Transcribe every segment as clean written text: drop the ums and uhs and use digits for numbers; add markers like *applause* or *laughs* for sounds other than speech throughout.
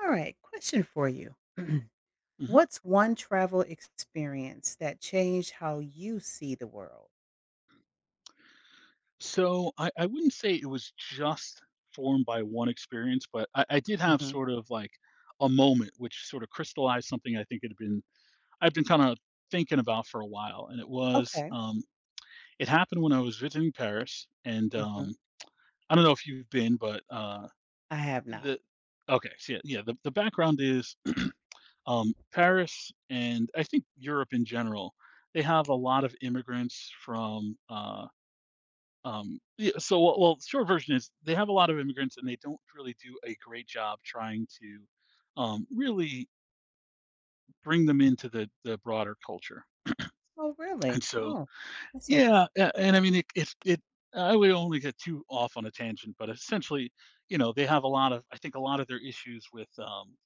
All right, question for you. *clears throat* Mhm. What's one travel experience that changed how you see the world? So I wouldn't say it was just formed by one experience, but I did have Hmm. sort of like a moment which sort of crystallized something I think it had been I've been kind of thinking about for a while. And it was Okay. It happened when I was visiting Paris and Hmm. um I don't know if you've been, but I have not. the okay, so yeah, the background is *clears throat* Paris and I think Europe in general, they have a lot of immigrants from yeah, so well, short version is they have a lot of immigrants and they don't really do a great job trying to really bring them into the broader culture. Oh, And really? so, Oh, that's interesting. yeah, and I mean, it I would only get too off on a tangent, but essentially, you know, they have a lot of I think a lot of their issues with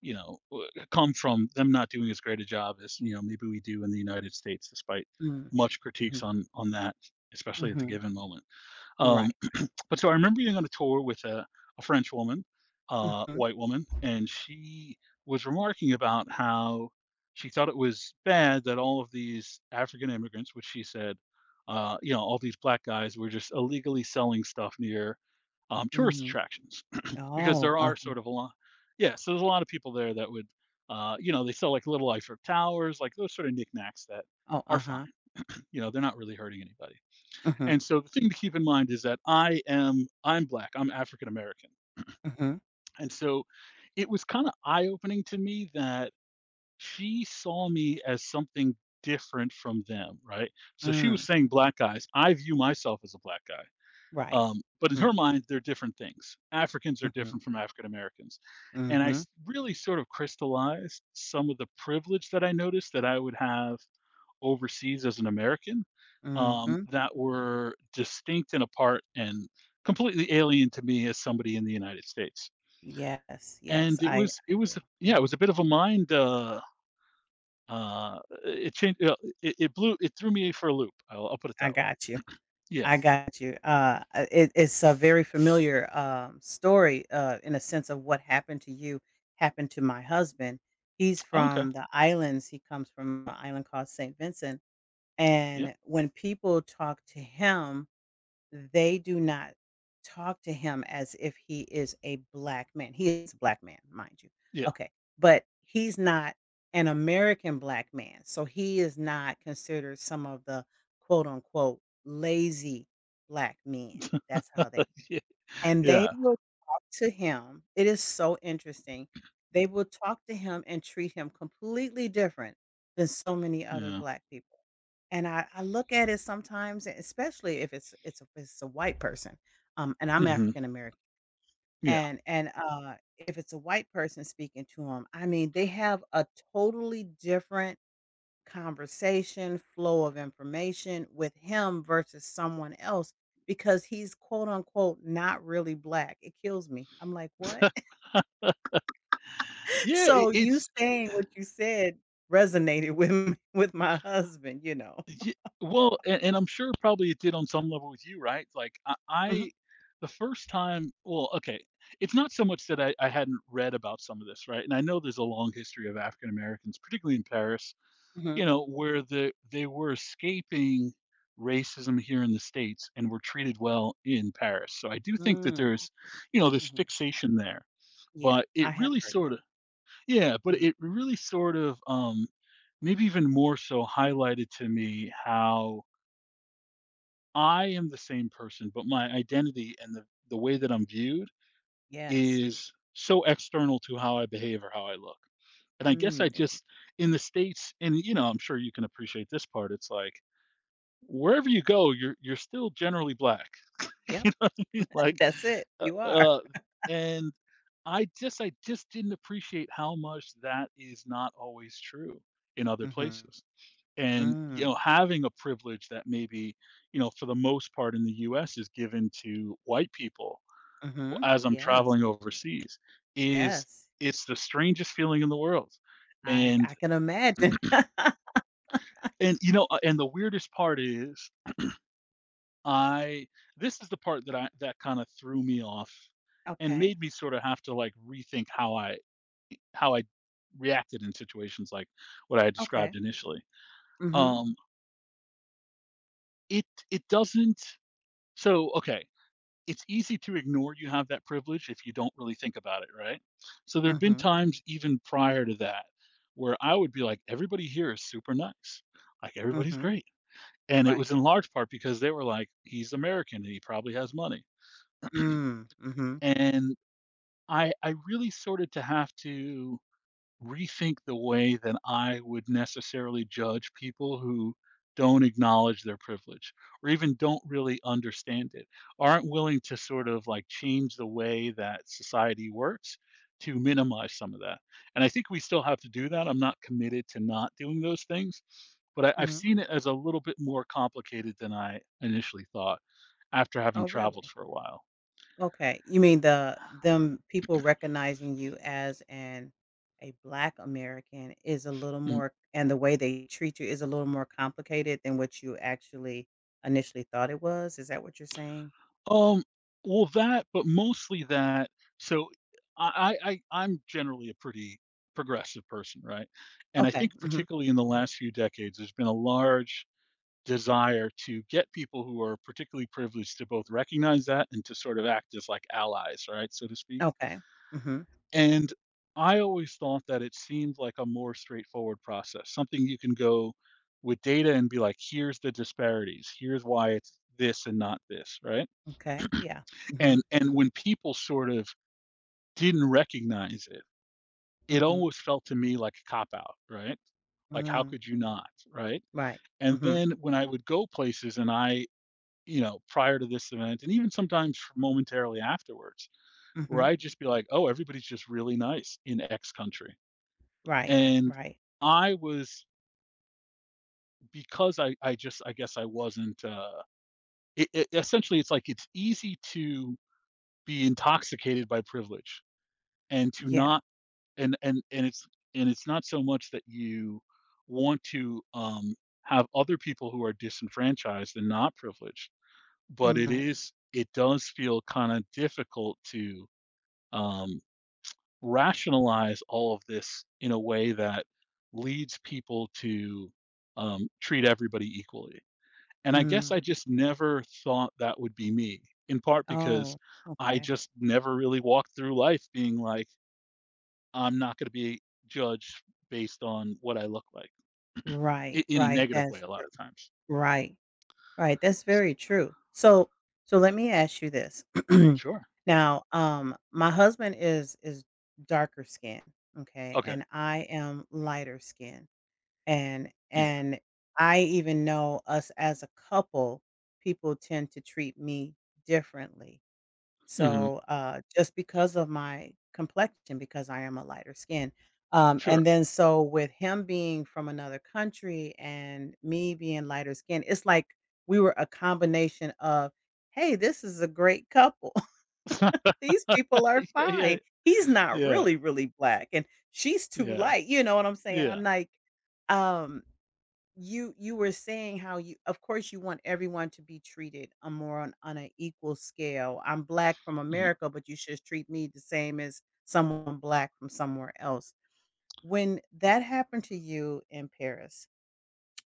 you know come from them not doing as great a job as you know maybe we do in the United States, despite Mm. much critiques Hmm. on that, especially at the Hmm. given moment. Um, Right. But so I remember being on a tour with a French woman, Hmm. white woman, and she was remarking about how she thought it was bad that all of these African immigrants, which she said, you know, all these black guys were just illegally selling stuff near tourist Hmm. attractions *clears throat* because Oh, there are uh-huh. sort of a lot. Yeah, so there's a lot of people there that would, you know, they sell like little Eiffel towers, like those sort of knickknacks that Oh, are fine. uh-huh. You know, they're not really hurting anybody. Hmm. And so the thing to keep in mind is that I'm black, I'm African American. Hmm. And so it was kind of eye opening to me that she saw me as something different from them, right? So she was Mm, saying black guys. I view myself as a black guy. right. But in Hmm. her mind, they're different things. Africans are Hmm. different from African Americans. And Hmm. Really sort of crystallized some of the privilege that I noticed that I would have overseas as an American, Hmm. that were distinct and apart and completely alien to me as somebody in the United States. Yes, yes, And I it do. was yeah it Mm. was a bit of a mind uh, it changed — it blew it threw me for a loop. I'll put it I that way. got you. Yeah. I got you. It's a very familiar story in a sense of what happened to you happened to my husband. He's Okay. from the islands. He comes from an island called St. Vincent. Yeah. And when people talk to him, they do not talk to him as if he is a black man. He is a black man, mind you. Yeah. Okay. But he's not an American black man. So he is not considered some of the quote unquote lazy black men. That's how they *laughs* Yeah. and they Yeah. will talk to him. It is so interesting. They will talk to him and treat him completely different than so many other Yeah. black people. And I look at it sometimes, especially if it's it's a white person, and I'm Hmm. African American, Yeah. And if it's a white person speaking to him, I mean, they have a totally different conversation, flow of information with him versus someone else because he's quote unquote not really black. It kills me. I'm like, what? *laughs* Yeah. It, So you it's saying what you said resonated *laughs* with me, with my husband. Ye well, and I'm sure probably it did on some level with you, right? Like, Mhm, I the first time it's not so much that I hadn't read about some of this, right? And I know there's a long history of African Americans, particularly in Paris, you mhm, know, where they were escaping racism here in the States and were treated well in Paris. So I do think that mm, there's, you know, this mhm. fixation there, Yeah, but it I have really heard that. sorta yeah, but Mhm. it really sort of, maybe even more so highlighted to me how I am the same person, but my identity and the way that I'm viewed Yes. is so external to how I behave or how I look. And I guess Mm. I just, in the States, and you know, I'm sure you can appreciate this part. It's like, wherever you go, you're still generally black. *laughs* Yep, You know what I mean? Like, *laughs* that's it. uh, You are. uh, and I just didn't appreciate how much that is not always true in other Mhm, places and you know mm, having a privilege that maybe you know for the most part in the US is given to white people mhm. as I'm Yes, traveling overseas is yes. it's the strangest feeling in the world I and I can imagine. *laughs* and you know and the weirdest part is I this is the part that I that kind of threw me off and Okay. made me sort of have to like rethink how I reacted in situations like what I had described Okay. initially Mm-hmm. um it it doesn't so okay it's easy to ignore you have that privilege if you don't really think about it, right? So there'd been Mm-hmm. times even prior to that where I would be like, everybody here is super nice. Like everybody's Mm-hmm. great. And it Right. was in large part because they were like, he's American and he probably has money. *clears throat* Mm. Mm-hmm. And I really started to have to rethink the way that I would necessarily judge people who don't acknowledge their privilege or even don't really understand it, aren't willing to sort of like change the way that society works to minimize some of that. And I think we still have to do that. I'm not committed to not doing those things, but I've Mm-hmm. seen it as a little bit more complicated than I initially thought after having Oh, traveled really? for a while. Okay. You mean them people recognizing you as an a Black American is a little more, and the way they treat you is a little more complicated than what you actually initially thought it was. Is that what you're saying? Um, well, that, but mostly that. So I'm generally a pretty progressive person, right? And I Okay. think Mm-hmm. particularly in the last few decades, there's been a large desire to get people who are particularly privileged to both recognize that and to sort of act as like allies, right, so to speak. Okay. Mm-hmm. And I always thought that it seemed like a more straightforward process, something you can go with data and be like, here's the disparities, here's why it's this and not this, right? Okay. Yeah. Mm-hmm. And when people sort of didn't recognize it, it Mm-hmm. always felt to me like a cop out, right? Like how Mm. could you not, right? Right. And Mm-hmm. then when I would go places and you know, prior to this event and even sometimes momentarily afterwards, where Mm-hmm. I'd just be like, "Oh, everybody's just really nice in X country." Right. And Right. I was because I guess I wasn't essentially it's like it's easy to be intoxicated by privilege and to Yeah. not and and it's not so much that you want to have other people who are disenfranchised and not privileged, but Mm. Right. It does feel kind of difficult to um, rationalize all of this in a way that leads people to treat everybody equally. And I guess Mm. I just never thought that would be me, in part because Oh, I okay. just never really walked through life being like, I'm not gonna be judged based on what I look like, Right, I in a right, negative way that's a lot true. of times. Right, right, that's very true. So let me ask you this. *clears throat* Sure. Now, my husband is darker skin, okay, Okay. and I am lighter skin. And Yeah. and I even know us as a couple, people tend to treat me differently. Mhm. So, just because of my complexion, because I am a lighter skin, Sure. and then so with him being from another country and me being lighter skin, it's like we were a combination of, "Hey, this is a great couple. *laughs* *laughs* These people are Yeah, fine. He's not yeah, really, really black, and she's too yeah, light." You know what I'm saying? yeah. I'm like, um you were saying how you of course you want everyone to be treated a more on, an equal scale. I'm black from Mhm. America, but you should treat me the same as someone black from somewhere else. When that happened to you in Paris,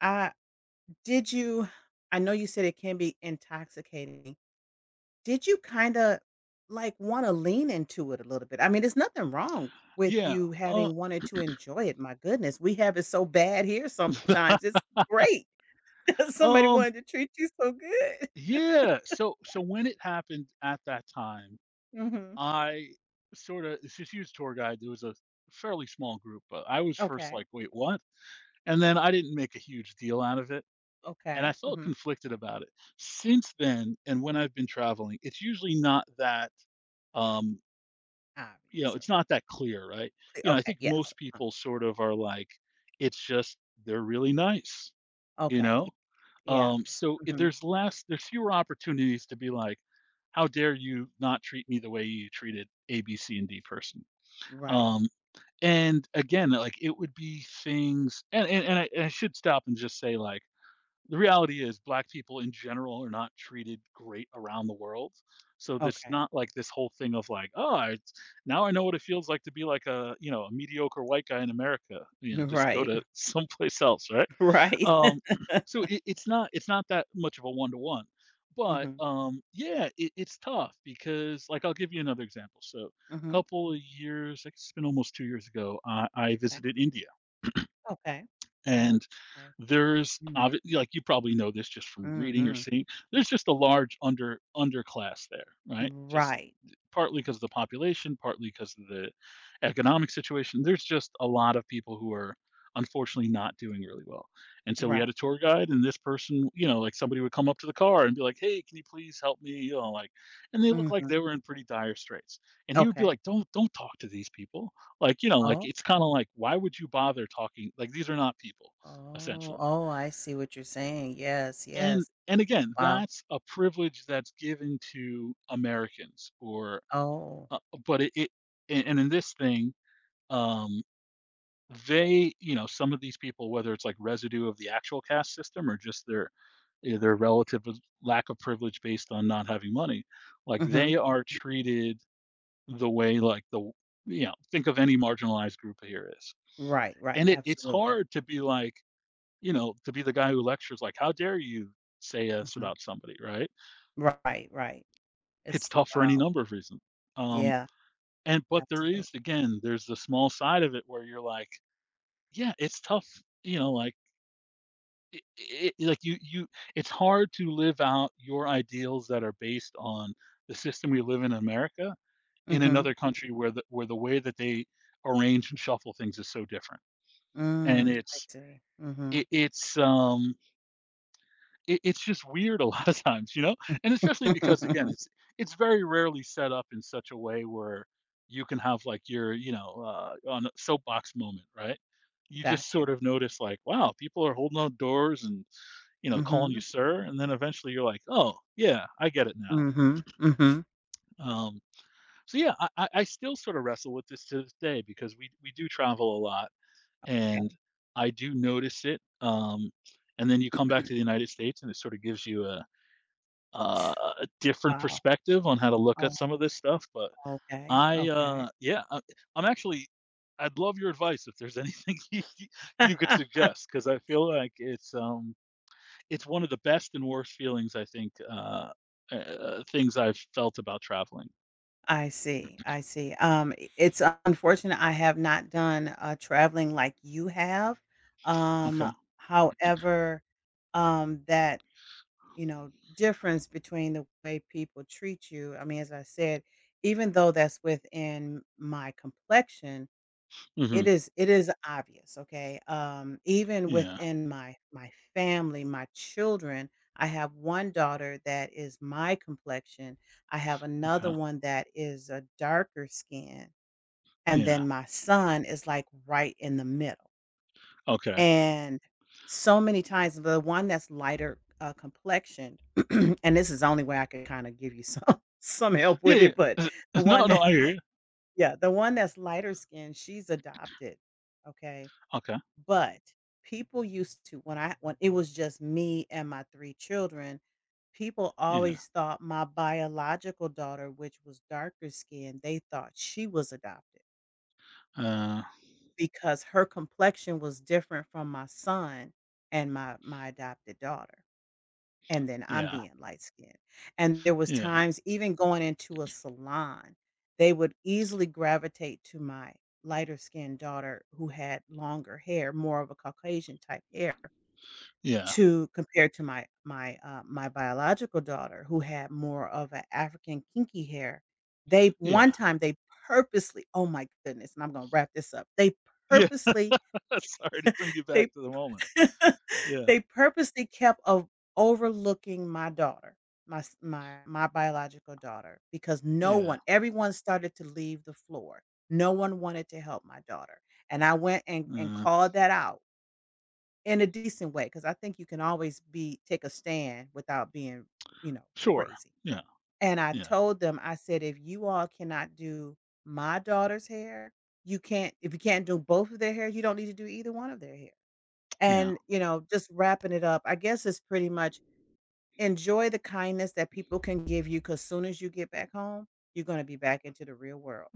uh did you, I know you said it can be intoxicating, did you kind of like want to lean into it a little bit? I mean, there's nothing wrong with Yeah, you uh, having wanted to enjoy it. My goodness, we have it so bad here sometimes. *laughs* It's great. *laughs* Somebody um, wanted to treat you so good. yeah, so when it happened at that time, Mhm. I sorta it's this huge tour guide, there was a fairly small group, but I was first Okay. like, "Wait, what?" And then I didn't make a huge deal out of it. And Okay. I felt Mhm. conflicted about it. Since then, and when I've been traveling, it's usually not that, um, you Obvious know, it's or not that clear, right? You know, I okay, think yes. most people sort of are like, it's just they're really nice, you Okay. Know? Yeah. So if Mhm. there's less, there's fewer opportunities to be like, how dare you not treat me the way you treated A, B, C, and D person? Right. Um, and again, like it would be things, and and I should stop and just say like the reality is black people in general are not treated great around the world, so this Okay. not like this whole thing of like now I know what it feels like to be like a you know a mediocre white guy in America, *laughs* you know, just go Right. to *laughs* *laughs* someplace else, right? Right. um *laughs* *clears throat* so it's not that much of a one-to-one, but Mhm. Yeah it's tough because like I'll give you another example. So a Mhm. couple of years, it's been almost 2 years ago I Okay. visited India Okay. Oh. and Okay. there's Mm. Like you probably know this just from reading or Mhm. seeing, there's just a large underclass there, right? Just Right. partly Yeah. because of the population, partly because of the economic situation. There's just a lot of people who are unfortunately not doing really well. And so we had Right. a tour guide and this person, you know, like somebody would come up to the car and be like, "Hey, can you please help me?" You know, like, and they look like they Mhm. were in pretty dire straits. And he would be Okay. like, "Don't talk to these people." Like, you know, like Oh. it's kind of like why would you bother talking? Like these are not people Oh. essentially. Oh, I see what you're saying. Yes. And Yes. Again, Wow. that's a privilege that's given to Americans or Oh. uh, but it and in this thing, um, they you know, some of these people, whether it's like residue of the actual caste system or just their their relative with lack of privilege based on not having money, like, Mhm. they are treated the way, like, the you know, think of any marginalized group here is. Right. Right. And it's Absolutely. hard to be like, you know, to be the guy who lectures, like, "How dare you say this Mhm. about somebody," right? Right, right. It's It's tough for any wow. number of reasons. Um, Yeah, and but there absolutely. is, again, there's the small side of it where you're like yeah, it's tough, you know, like, I I like, you it's hard to live out your ideals that are based on the system we live in America in Mhm. another country where the way that they arrange and shuffle things is so different, and Mm, I see. Mhm. it it's, um, it's just weird a *laughs* lot of times, you know, and especially because, again, *laughs* it's very rarely set up in such a way where you can have, like, your, you know, on a soapbox moment, right? You just Got you. sort of notice, like, wow, people are holding on doors and you know, calling you Mhm. sir, and then eventually you're like, "Oh, yeah, I get it now." Mhm. Mhm. Um, so yeah, I still sort of wrestle with this to this day because we do travel a lot, and Okay. I do notice it. And then you come back to the United States, and it sort of gives you uh, a different Wow. perspective on how to look at Oh, some of this stuff. But okay. I, Okay. uh, yeah, I, I'm actually, I'd love your advice if there's anything *laughs* you could *laughs* suggest because I feel like it's one of the best and worst feelings I think things I've felt about traveling. I see. I see. I it's unfortunate I have not done, traveling like you have. Um, Okay. however, that difference between the way people treat you. I mean, as I said, even though that's within my complexion, Mhm. it is obvious, okay? Even Yeah. within my family, my children, I have one daughter that is my complexion. I have another Okay. one that is a darker skin, and Yeah. then my son is like right in the middle. Okay. And so many times, the one that's lighter, complexioned *clears throat* and this is the only way I could kinda give you some *laughs* some help Yeah, with it, yeah. but the *laughs* No, one no, I hear you. *laughs* yeah, the one that's lighter skinned, she's adopted, okay? Okay. But people used to when I when it was just me and my three children, people Yeah. always thought my biological daughter, which was darker skinned, they thought she was adopted. Uh Because her complexion was different from my son and my adopted daughter, and then I'm yeah. being light skinned, and there was Yeah. times even going into a salon, they would easily gravitate to my lighter skinned daughter who had longer hair, more of a Caucasian type hair Yeah. to compared to my biological daughter who had more of an African kinky hair. They Yeah. one time, they purposely, oh my goodness, and I'm gonna wrap this up. They Yeah. purposely *laughs* Sorry to bring you *laughs* They back to the moment. *laughs* Yeah. they purposely kept of overlooking my daughter, my s my my biological daughter, because no Yeah. one everyone started to leave the floor. No one wanted to help my daughter, and I went and Uh called that out in a decent way because I think you can always be take a stand without being, you know, sure. crazy, Yeah. and I Yeah. told them, I said, "If you all cannot do my daughter's hair, you can't if you can't do both of their hair, you don't need to do either one of their hair." Yeah. And, just wrapping it up, I guess it's pretty much enjoy the kindness that people can give you. Cause soon as you get back home, you're gonna be back into the real world.